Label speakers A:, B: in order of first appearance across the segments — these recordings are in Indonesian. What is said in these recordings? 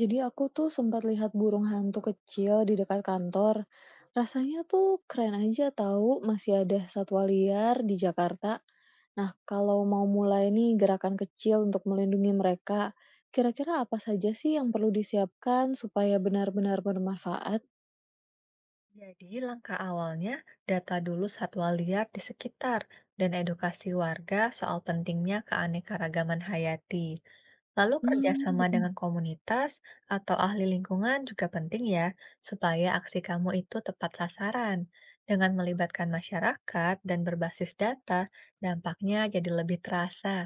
A: Jadi aku tuh sempat lihat burung hantu kecil di dekat kantor. Rasanya tuh keren aja tahu masih ada satwa liar di Jakarta. Nah, kalau mau mulai nih gerakan kecil untuk melindungi mereka, kira-kira apa saja sih yang perlu disiapkan supaya benar-benar bermanfaat?
B: Jadi, langkah awalnya, data dulu satwa liar di sekitar dan edukasi warga soal pentingnya keanekaragaman hayati. Lalu
A: Hmm,
B: kerjasama
A: gitu.
B: dengan komunitas atau ahli lingkungan juga penting ya, supaya aksi kamu itu tepat sasaran. Dengan melibatkan masyarakat dan berbasis data, dampaknya jadi lebih terasa.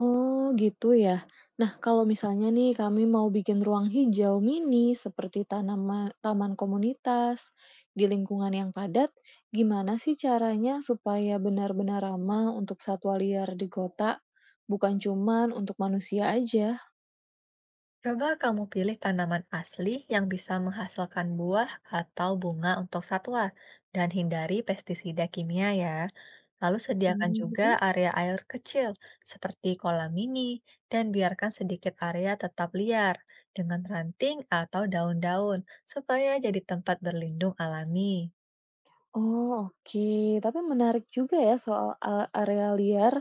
A: Oh, gitu ya. Nah, kalau misalnya nih kami mau bikin ruang hijau mini seperti tanaman taman komunitas di lingkungan yang padat, gimana sih caranya supaya benar-benar ramah untuk satwa liar di kota, bukan cuman untuk manusia aja?
B: Coba kamu pilih tanaman asli yang bisa menghasilkan buah atau bunga untuk satwa dan hindari pestisida kimia ya. Lalu sediakan juga
A: Mhm.
B: area air kecil seperti kolam mini dan biarkan sedikit area tetap liar dengan ranting atau daun-daun supaya jadi tempat berlindung alami.
A: Oh, oke. Tapi menarik juga ya soal area liar.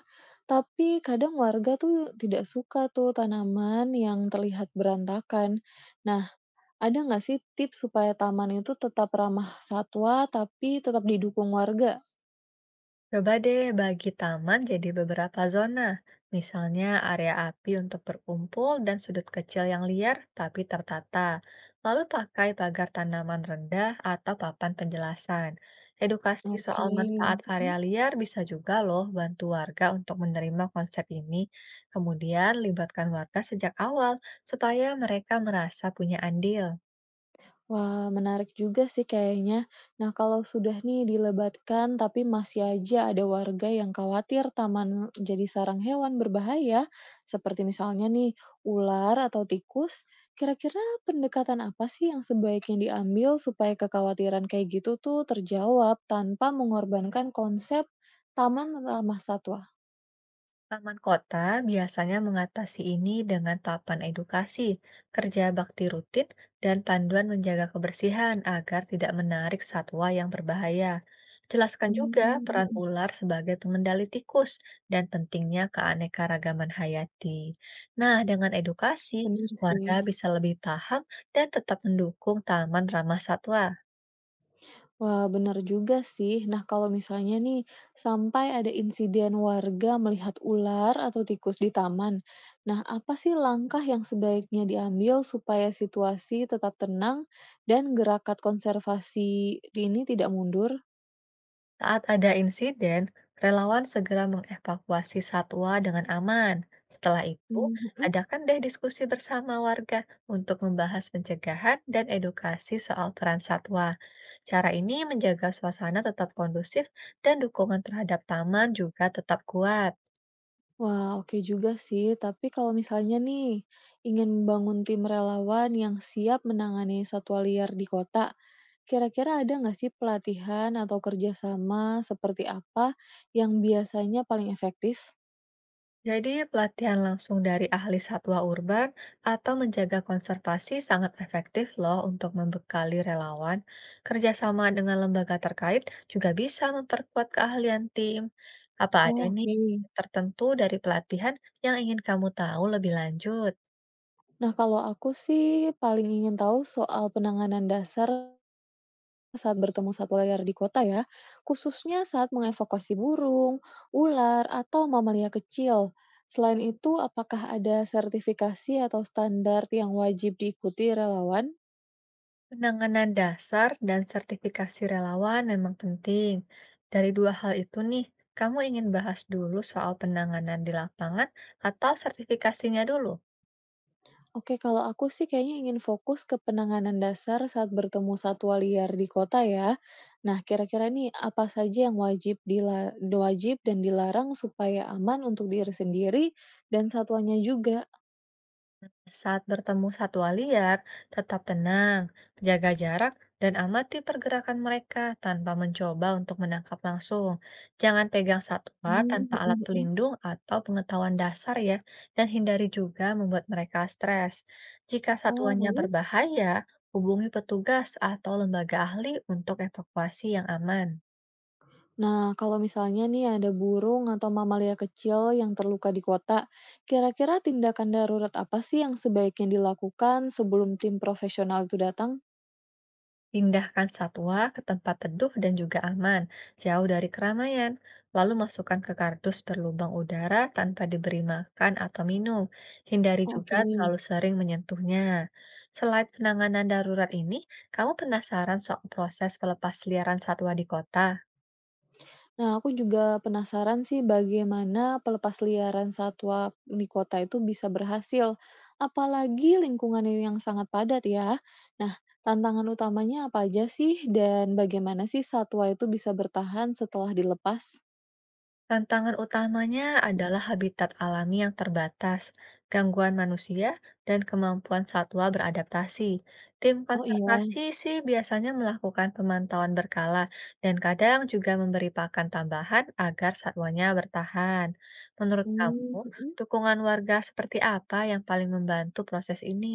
A: Tapi kadang warga tuh tidak suka tuh tanaman yang terlihat berantakan. Nah, ada nggak sih tips supaya taman itu tetap ramah satwa, tapi tetap didukung warga?
B: Coba deh bagi taman jadi beberapa zona, misalnya area api untuk berkumpul dan sudut kecil yang liar tapi tertata. Lalu pakai pagar tanaman rendah atau papan penjelasan. Edukasi
A: Oke,
B: soal manfaat area
A: mhm.
B: liar bisa juga loh bantu warga untuk menerima konsep ini. Kemudian libatkan warga sejak awal supaya mereka merasa punya andil.
A: Wah, menarik juga sih kayaknya. Nah, kalau sudah nih dilebatkan, tapi masih aja ada warga yang khawatir taman jadi sarang hewan berbahaya, seperti misalnya nih ular atau tikus, kira-kira pendekatan apa sih yang sebaiknya diambil supaya kekhawatiran kayak gitu tuh terjawab tanpa mengorbankan konsep taman ramah satwa?
B: Taman kota biasanya mengatasi ini dengan papan edukasi, kerja bakti rutin, dan panduan menjaga kebersihan agar tidak menarik satwa yang berbahaya. Jelaskan juga peran
A: Mhm,
B: ular sebagai pengendali tikus dan pentingnya keanekaragaman hayati. Nah, dengan edukasi,
A: bener
B: warga
A: sih.
B: bisa lebih paham dan tetap mendukung taman ramah satwa.
A: Wah, bener juga sih. Nah, kalau misalnya nih, sampai ada insiden warga melihat ular atau tikus di taman. Nah, apa sih langkah yang sebaiknya diambil supaya situasi tetap tenang dan gerakan konservasi ini tidak mundur?
B: Saat ada insiden, relawan segera mengevakuasi satwa dengan aman. Setelah itu,
A: Mhm.
B: adakan deh diskusi bersama warga untuk membahas pencegahan dan edukasi soal peran satwa. Cara ini menjaga suasana tetap kondusif dan dukungan terhadap taman juga tetap kuat.
A: Wah, oke juga sih. Tapi kalau misalnya nih, ingin membangun tim relawan yang siap menangani satwa liar di kota, kira-kira ada nggak sih pelatihan atau kerjasama seperti apa yang biasanya paling efektif?
B: Jadi, pelatihan langsung dari ahli satwa urban atau menjaga konservasi sangat efektif loh untuk membekali relawan. Kerjasama dengan lembaga terkait juga bisa memperkuat keahlian tim. Apa ada
A: Oh,
B: nih
A: oke.
B: tertentu dari pelatihan yang ingin kamu tahu lebih lanjut?
A: Nah, kalau aku sih paling ingin tahu soal penanganan dasar saat bertemu satwa liar di kota ya, khususnya saat mengevakuasi burung, ular, atau mamalia kecil. Selain itu, apakah ada sertifikasi atau standar yang wajib diikuti relawan?
B: Penanganan dasar dan sertifikasi relawan memang penting. Dari dua hal itu nih, kamu ingin bahas dulu soal penanganan di lapangan atau sertifikasinya dulu?
A: Oke, kalau aku sih kayaknya ingin fokus ke penanganan dasar saat bertemu satwa liar di kota ya. Nah, kira-kira nih apa saja yang wajib dan dilarang supaya aman untuk diri sendiri dan satwanya juga?
B: Saat bertemu satwa liar, tetap tenang, jaga jarak, dan amati pergerakan mereka tanpa mencoba untuk menangkap langsung. Jangan pegang satwa
A: Hmm,
B: tanpa
A: mhm
B: alat
A: mhm.
B: pelindung atau pengetahuan dasar ya, dan hindari juga membuat mereka stres. Jika
A: Oh,
B: satuannya
A: lalu?
B: berbahaya, hubungi petugas atau lembaga ahli untuk evakuasi yang aman.
A: Nah, kalau misalnya nih ada burung atau mamalia kecil yang terluka di kota, kira-kira tindakan darurat apa sih yang sebaiknya dilakukan sebelum tim profesional itu datang?
B: Pindahkan satwa ke tempat teduh dan juga aman, jauh dari keramaian. Lalu masukkan ke kardus berlubang udara tanpa diberi makan atau minum. Hindari juga
A: Oke.
B: terlalu sering menyentuhnya. Selain penanganan darurat ini, kamu penasaran soal proses pelepas liaran satwa di kota?
A: Nah, aku juga penasaran sih bagaimana pelepasliaran satwa di kota itu bisa berhasil, apalagi lingkungannya yang sangat padat ya. Nah, tantangan utamanya apa aja sih dan bagaimana sih satwa itu bisa bertahan setelah dilepas?
B: Tantangan utamanya adalah habitat alami yang terbatas, gangguan manusia, dan kemampuan satwa beradaptasi. Tim
A: Oh
B: konservasi
A: iya.
B: sih biasanya melakukan pemantauan berkala dan kadang juga memberi pakan tambahan agar satwanya bertahan. Menurut kamu,
A: Hmm, mhm.
B: dukungan warga seperti apa yang paling membantu proses ini?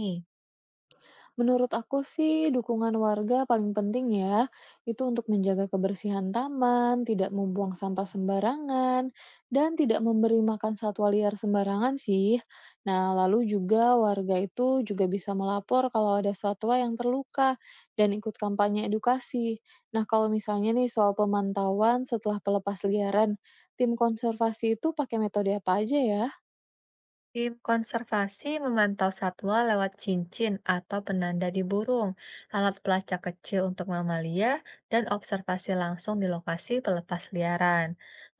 A: Menurut aku sih dukungan warga paling penting ya, itu untuk menjaga kebersihan taman, tidak membuang sampah sembarangan, dan tidak memberi makan satwa liar sembarangan sih. Nah, lalu juga warga itu juga bisa melapor kalau ada satwa yang terluka dan ikut kampanye edukasi. Nah, kalau misalnya nih soal pemantauan setelah pelepas liaran, tim konservasi itu pakai metode apa aja ya?
B: Tim konservasi memantau satwa lewat cincin atau penanda di burung, alat pelacak kecil untuk mamalia, dan observasi langsung di lokasi pelepas liaran.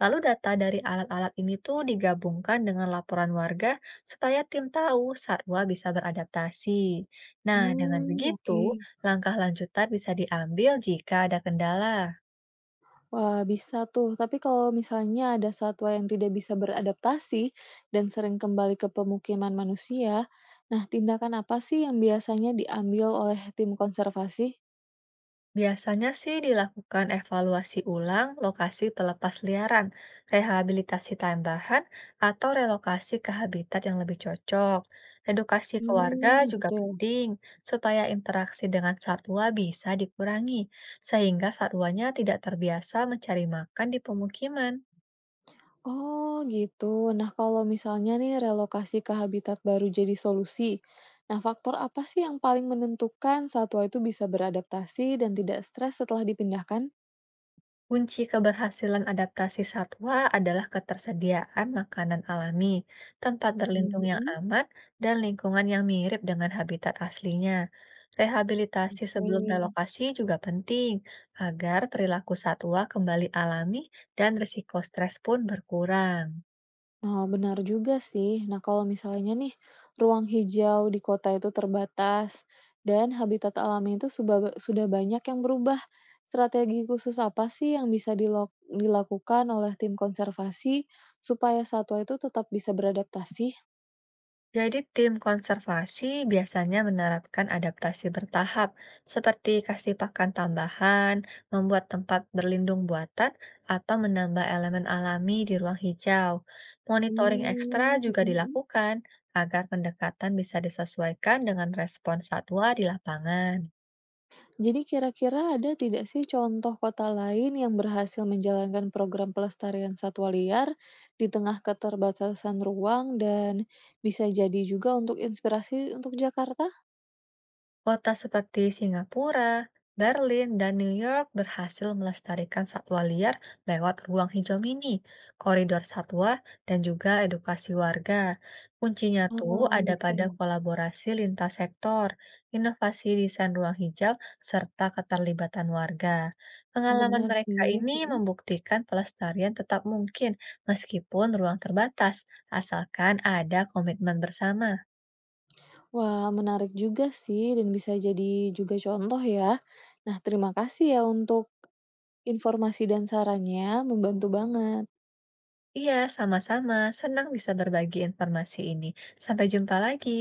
B: Lalu data dari alat-alat ini tuh digabungkan dengan laporan warga supaya tim tahu satwa bisa beradaptasi. Nah, dengan
A: Hmm,
B: begitu,
A: oke.
B: langkah lanjutan bisa diambil jika ada kendala.
A: Wah, bisa tuh. Tapi kalau misalnya ada satwa yang tidak bisa beradaptasi dan sering kembali ke pemukiman manusia, nah tindakan apa sih yang biasanya diambil oleh tim konservasi?
B: Biasanya sih dilakukan evaluasi ulang lokasi pelepas liaran, rehabilitasi tambahan, atau relokasi ke habitat yang lebih cocok. Edukasi keluarga
A: Hmm,
B: juga
A: gitu ya.
B: penting, supaya interaksi dengan satwa bisa dikurangi, sehingga satwanya tidak terbiasa mencari makan di pemukiman.
A: Oh, gitu. Nah, kalau misalnya nih relokasi ke habitat baru jadi solusi, nah faktor apa sih yang paling menentukan satwa itu bisa beradaptasi dan tidak stres setelah dipindahkan?
B: Kunci keberhasilan adaptasi satwa adalah ketersediaan makanan alami, tempat berlindung yang
A: Mhm,
B: aman, dan lingkungan yang mirip dengan habitat aslinya. Rehabilitasi
A: oke.
B: sebelum relokasi juga penting agar perilaku satwa kembali alami dan risiko stres pun berkurang.
A: Nah, benar juga sih. Nah, kalau misalnya nih, ruang hijau di kota itu terbatas dan habitat alami itu sudah banyak yang berubah. Strategi khusus apa sih yang bisa dilakukan oleh tim konservasi supaya satwa itu tetap bisa beradaptasi?
B: Jadi tim konservasi biasanya menerapkan adaptasi bertahap, seperti kasih pakan tambahan, membuat tempat berlindung buatan, atau menambah elemen alami di ruang hijau. Monitoring ekstra
A: Hmm,
B: juga
A: mhm.
B: dilakukan agar pendekatan bisa disesuaikan dengan respons satwa di lapangan.
A: Jadi kira-kira ada tidak sih contoh kota lain yang berhasil menjalankan program pelestarian satwa liar di tengah keterbatasan ruang dan bisa jadi juga untuk inspirasi untuk Jakarta?
B: Kota seperti Singapura, Berlin, dan New York berhasil melestarikan satwa liar lewat ruang hijau mini, koridor satwa, dan juga edukasi warga. Kuncinya tuh
A: Oh,
B: ada
A: bisa
B: pada
A: ya.
B: kolaborasi lintas sektor, inovasi desain ruang hijau, serta keterlibatan warga. Pengalaman
A: Benar
B: mereka
A: sih.
B: ini
A: Mhm.
B: membuktikan pelestarian tetap mungkin meskipun ruang terbatas, asalkan ada komitmen bersama.
A: Wah, menarik juga sih dan bisa jadi juga contoh ya. Nah, terima kasih ya untuk informasi dan sarannya, membantu banget.
B: Iya, sama-sama. Senang bisa berbagi informasi ini. Sampai jumpa lagi.